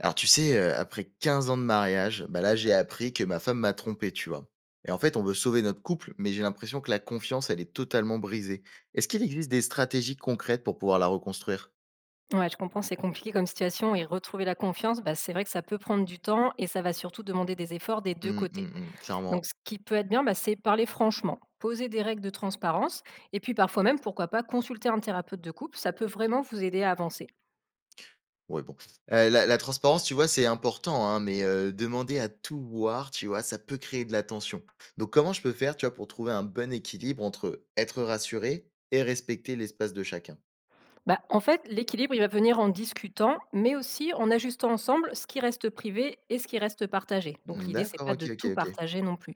Alors tu sais, après 15 ans de mariage, bah là, j'ai appris que ma femme m'a trompé, tu vois? Et en fait, on veut sauver notre couple, mais j'ai l'impression que la confiance, elle est totalement brisée. Est-ce qu'il existe des stratégies concrètes pour pouvoir la reconstruire? Ouais, je comprends, c'est compliqué comme situation et retrouver la confiance, bah, c'est vrai que ça peut prendre du temps et ça va surtout demander des efforts des deux Mmh, côtés. mmh mh, clairement. Donc, ce qui peut être bien, bah, c'est parler franchement, poser des règles de transparence et puis parfois même, pourquoi pas, consulter un thérapeute de couple. Ça peut vraiment vous aider à avancer. Ouais, bon. La transparence, tu vois, c'est important, hein, mais demander à tout voir, tu vois, ça peut créer de la tension. Donc comment je peux faire, tu vois, pour trouver un bon équilibre entre être rassuré et respecter l'espace de chacun? Bah, en fait, l'équilibre, il va venir en discutant, mais aussi en ajustant ensemble ce qui reste privé et ce qui reste partagé. Donc, Mmh, l'idée, c'est d'accord, pas de OK, OK, tout OK. partager non plus.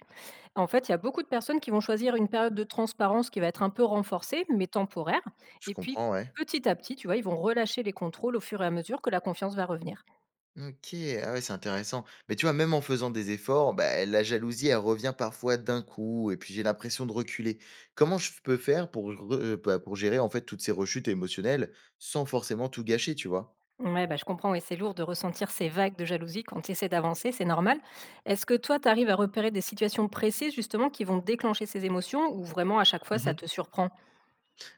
En fait, il y a beaucoup de personnes qui vont choisir une période de transparence qui va être un peu renforcée, mais temporaire. Je Et puis, comprends, ouais. petit à petit, tu vois, ils vont relâcher les contrôles au fur et à mesure que la confiance va revenir. OK, ah ouais, c'est intéressant. Mais tu vois, même en faisant des efforts, bah, la jalousie, elle revient parfois d'un coup, et puis j'ai l'impression de reculer. Comment je peux faire pour, pour gérer en fait toutes ces rechutes émotionnelles sans forcément tout gâcher, tu vois? Ouais, bah, je comprends, et c'est lourd de ressentir ces vagues de jalousie quand tu essaies d'avancer, c'est normal. Est-ce que toi, tu arrives à repérer des situations précises justement qui vont déclencher ces émotions ou vraiment à chaque fois ça Mhm. te surprend?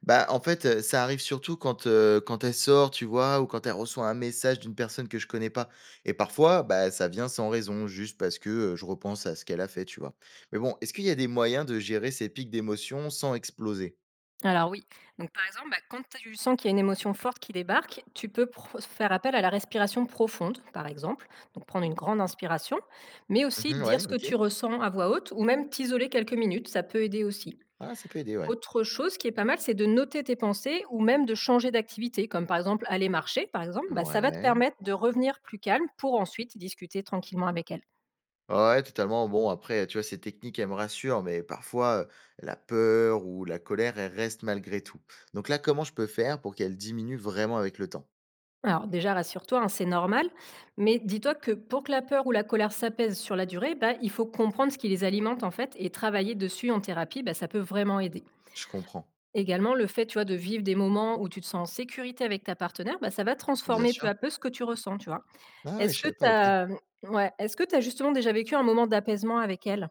Bah, en fait, ça arrive surtout quand quand elle sort, tu vois, ou quand elle reçoit un message d'une personne que je connais pas. Et parfois, bah, ça vient sans raison, juste parce que je repense à ce qu'elle a fait, tu vois. Mais bon, est-ce qu'il y a des moyens de gérer ces pics d'émotions sans exploser? Alors oui, donc par exemple, bah, quand tu sens qu'il y a une émotion forte qui débarque, faire appel à la respiration profonde, par exemple, donc prendre une grande inspiration, mais aussi Mhm, dire ce ouais, que ok. tu ressens à voix haute ou même t'isoler quelques minutes, ça peut aider aussi. Ah, ça peut aider, ouais. Autre chose qui est pas mal, c'est de noter tes pensées ou même de changer d'activité, comme par exemple aller marcher, par exemple, bah, ça va te Ouais, permettre de revenir plus calme pour ensuite discuter tranquillement avec elle. ouais, totalement. Bon, après, tu vois, ces techniques, elles me rassurent, mais parfois, la peur ou la colère, elle reste malgré tout. Donc là, comment je peux faire pour qu'elle diminue vraiment avec le temps? Alors déjà, rassure-toi, hein, c'est normal, mais dis-toi que pour que la peur ou la colère s'apaise sur la durée, bah, il faut comprendre ce qui les alimente en fait et travailler dessus en thérapie, bah, ça peut vraiment aider. Je comprends. Également, le fait tu vois, de vivre des moments où tu te sens en sécurité avec ta partenaire, bah, ça va Bien transformer peu sûr. à peu ce que tu ressens. Tu vois. Ah ouais, Est-ce je que savais tu pas, OK. as ouais, Est-ce que tu as justement déjà vécu un moment d'apaisement avec elle?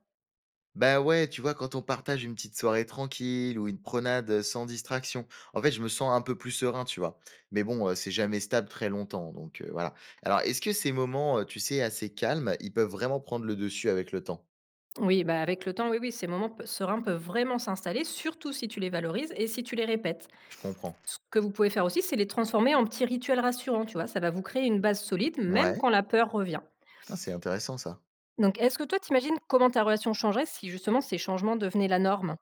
Bah ouais, tu vois, quand on partage une petite soirée tranquille ou une promenade, sans distraction, en fait, je me sens un peu plus serein, tu vois? Mais bon, c'est jamais stable très longtemps, donc voilà. Alors, est-ce que ces moments, tu sais, assez calmes, ils peuvent vraiment prendre le dessus avec le temps? Oui, bah, avec le temps, oui, oui, sereins peuvent vraiment s'installer, surtout si tu les valorises et si tu les répètes. Je comprends. Ce que vous pouvez faire aussi, c'est les transformer en petits rituels rassurants, tu vois. Ça va vous créer une base solide, même Ouais. quand la peur revient. Ah, c'est intéressant ça. Donc, est-ce que toi, t'imagines comment ta relation changerait si justement ces changements devenaient la norme?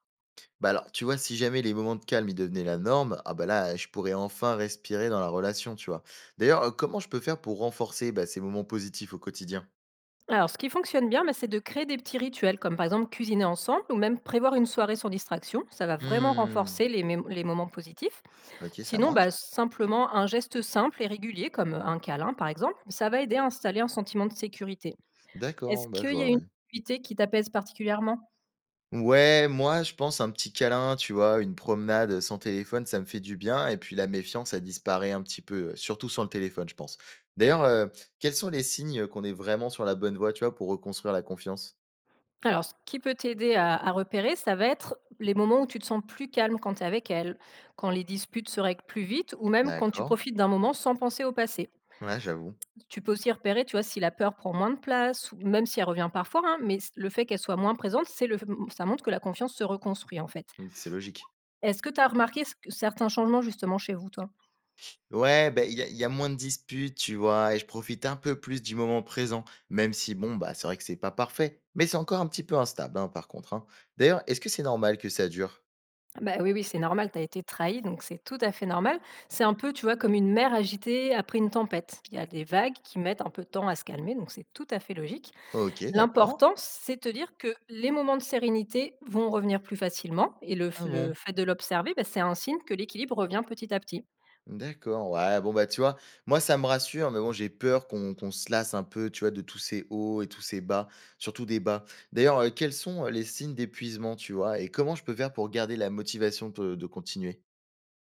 Bah alors, tu vois, si jamais les moments de calme, ils devenaient la norme, ah bah là, je pourrais enfin respirer dans la relation, tu vois. D'ailleurs, comment je peux faire pour renforcer bah, ces moments positifs au quotidien? Alors, ce qui fonctionne bien, bah, c'est de créer des petits rituels, comme par exemple cuisiner ensemble ou même prévoir une soirée sans distraction. Ça va vraiment Hmm, les moments positifs. ok, ça Sinon, marche. bah, simplement un geste simple et régulier, comme un câlin par exemple, ça va aider à installer un sentiment de sécurité. Est-ce D'accord, bah je qu'il y a vois, une ouais. activité qui t'apaise particulièrement? Ouais, moi, je pense un petit câlin, tu vois, une promenade sans téléphone, ça me fait du bien. Et puis la méfiance, ça disparaît un petit peu, surtout sans le téléphone, je pense. D'ailleurs, quels sont les signes qu'on est vraiment sur la bonne voie, tu vois, pour reconstruire la confiance? Alors, ce qui peut t'aider à repérer, ça va être les moments où tu te sens plus calme quand tu es avec elle, quand les disputes se règlent plus vite, ou même quand tu D'accord. profites d'un moment sans penser au passé. Ouais, j'avoue. Tu peux aussi repérer, tu vois, si la peur prend moins de place, ou même si elle revient parfois, hein, mais le fait qu'elle soit moins présente, ça montre que la confiance se reconstruit en fait. C'est logique. Est-ce que tu as remarqué ce que certains changements justement chez vous, toi? Ouais, ben il y a moins de disputes, tu vois? Et je profite un peu plus du moment présent, même si bon, bah, c'est vrai que c'est pas parfait, mais c'est encore un petit peu instable, hein, par contre, hein. D'ailleurs, est-ce que c'est normal que ça dure? Bah, oui, oui, c'est normal, tu as été trahi, donc c'est tout à fait normal. C'est un peu, tu vois, comme une mer agitée après une tempête. Il y a des vagues qui mettent un peu de temps à se calmer, donc c'est tout à fait logique. OK, d'accord. L'important, c'est de te dire que les moments de sérénité vont revenir plus facilement et Ah le bon? fait de l'observer, bah, c'est un signe que l'équilibre revient petit à petit. D'accord, ouais, bon, bah, tu vois? Moi, ça me rassure, mais bon, j'ai peur qu'on se lasse un peu, tu vois, de tous ces hauts et tous ces bas, surtout des bas. D'ailleurs, quels sont, les signes d'épuisement, tu vois? Et comment je peux faire pour garder la motivation de continuer?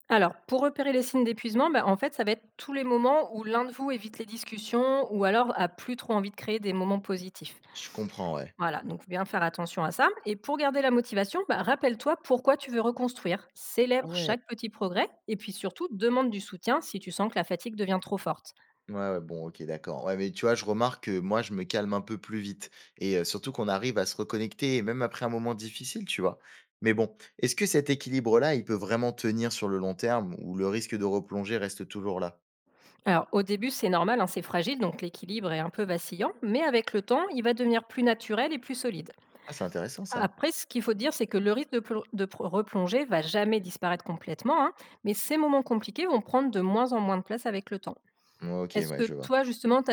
Alors, pour repérer les signes d'épuisement, bah, en fait, ça va être tous les moments où l'un de vous évite les discussions ou alors a plus trop envie de créer des moments positifs. Je comprends, ouais. Voilà, donc faut bien faire attention à ça. Et pour garder la motivation, bah, rappelle-toi pourquoi tu veux reconstruire. Ah Célèbre ouais! chaque petit progrès et puis surtout demande du soutien si tu sens que la fatigue devient trop forte. Ouais, ouais, bon, OK, d'accord. Ouais, mais tu vois, je remarque que moi, je me calme un peu plus vite et surtout qu'on arrive à se reconnecter, même après un moment difficile, tu vois? Mais bon, est-ce que cet équilibre-là, il peut vraiment tenir sur le long terme ou le risque de replonger reste toujours là? Alors au début c'est normal, hein, c'est fragile, donc l'équilibre est un peu vacillant, mais avec le temps il va devenir plus naturel et plus solide. Ah, c'est intéressant ça. Après ce qu'il faut dire c'est que le risque de, replonger va jamais disparaître complètement, hein, mais ces moments compliqués vont prendre de moins en moins de place avec le temps. OK, Est-ce ouais, que je vois. toi justement tu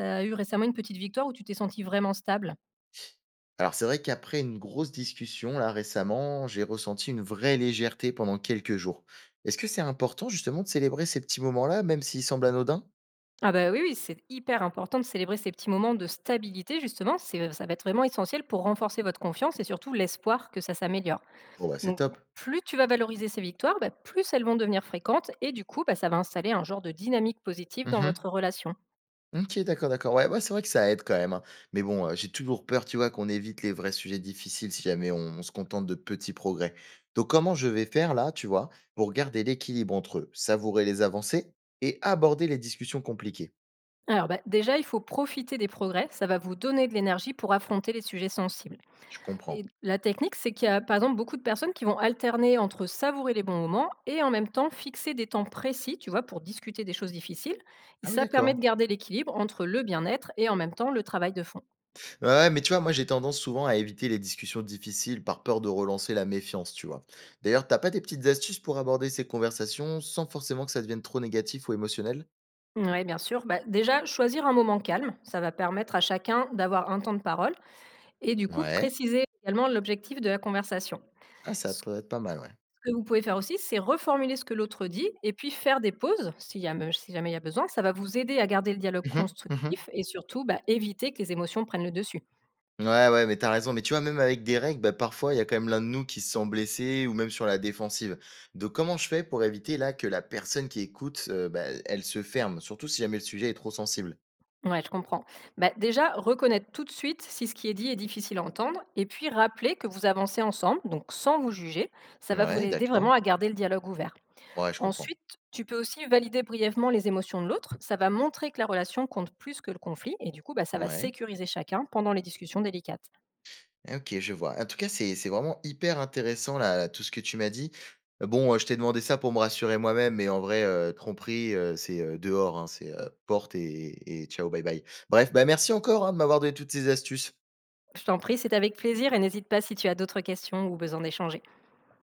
as eu récemment une petite victoire où tu t'es senti vraiment stable? Alors, c'est vrai qu'après une grosse discussion, là, récemment, j'ai ressenti une vraie légèreté pendant quelques jours. Est-ce que c'est important, justement, de célébrer ces petits moments-là, même s'ils semblent anodins? Ah bah, oui, oui, c'est hyper important de célébrer ces petits moments de stabilité justement, c'est ça va être vraiment essentiel pour renforcer votre confiance et surtout l'espoir que ça s'améliore. Bon, bah, c'est Donc top. plus tu vas valoriser ces victoires, bah, plus elles vont devenir fréquentes et du coup, bah, ça va installer un genre de dynamique positive dans votre Mmh, relation. OK, d'accord, d'accord. Ouais, ouais, c'est vrai que ça aide quand même, hein. Mais bon, j'ai toujours peur, tu vois, qu'on évite les vrais sujets difficiles si jamais on se contente de petits progrès. Donc comment je vais faire là, tu vois, pour garder l'équilibre entre, savourer les avancées et aborder les discussions compliquées? Alors bah, déjà, il faut profiter des progrès, ça va vous donner de l'énergie pour affronter les sujets sensibles. Je Et comprends. la technique, c'est qu'il y a, par exemple, beaucoup de personnes qui vont alterner entre savourer les bons moments et en même temps fixer des temps précis, tu vois, pour discuter des choses difficiles. Et Ah oui, ça permet de d'accord. garder l'équilibre entre le bien-être et en même temps le travail de fond. Ouais, ouais, mais tu vois, moi, j'ai tendance souvent à éviter les discussions difficiles par peur de relancer la méfiance, tu vois? D'ailleurs, t'as pas des petites astuces pour aborder ces conversations sans forcément que ça devienne trop négatif ou émotionnel? Oui, bien sûr. Bah, déjà, choisir un moment calme, ça va permettre à chacun d'avoir un temps de parole et du coup Ouais. préciser également l'objectif de la conversation. Ah, ça peut être pas mal, ouais. Que vous pouvez faire aussi, c'est reformuler ce que l'autre dit et puis faire des pauses s'il y a me si jamais il y a besoin. Ça va vous aider à garder le dialogue Mmh mh. Mmh, constructif et surtout, bah, éviter que les émotions prennent le dessus. ouais, ouais, mais t'as raison. Mais tu vois, même avec des règles, bah, parfois, il y a quand même l'un de nous qui se sent blessé ou même sur la défensive. Donc, comment je fais pour éviter là que la personne qui écoute, bah, elle se ferme, surtout si jamais le sujet est trop sensible? Ouais, je comprends. Bah, déjà, reconnaître tout de suite si ce qui est dit est difficile à entendre et puis rappeler que vous avancez ensemble, donc sans vous juger, ça va vous Ouais, aider vraiment d'accord. à garder le dialogue ouvert. Ouais, je comprends. Ensuite, tu peux aussi valider brièvement les émotions de l'autre. Ça va montrer que la relation compte plus que le conflit et du coup, bah, ça va Ouais. sécuriser chacun pendant les discussions délicates. Ok, je vois. En tout cas, c'est vraiment hyper intéressant là, là, tout ce que tu m'as dit. Bon, je t'ai demandé ça pour me rassurer moi-même, mais en vrai, tromperie, c'est dehors, hein, c'est porte et ciao, bye bye. Bref, bah merci encore hein, de m'avoir donné toutes ces astuces. Je t'en prie, c'est avec plaisir et n'hésite pas si tu as d'autres questions ou besoin d'échanger.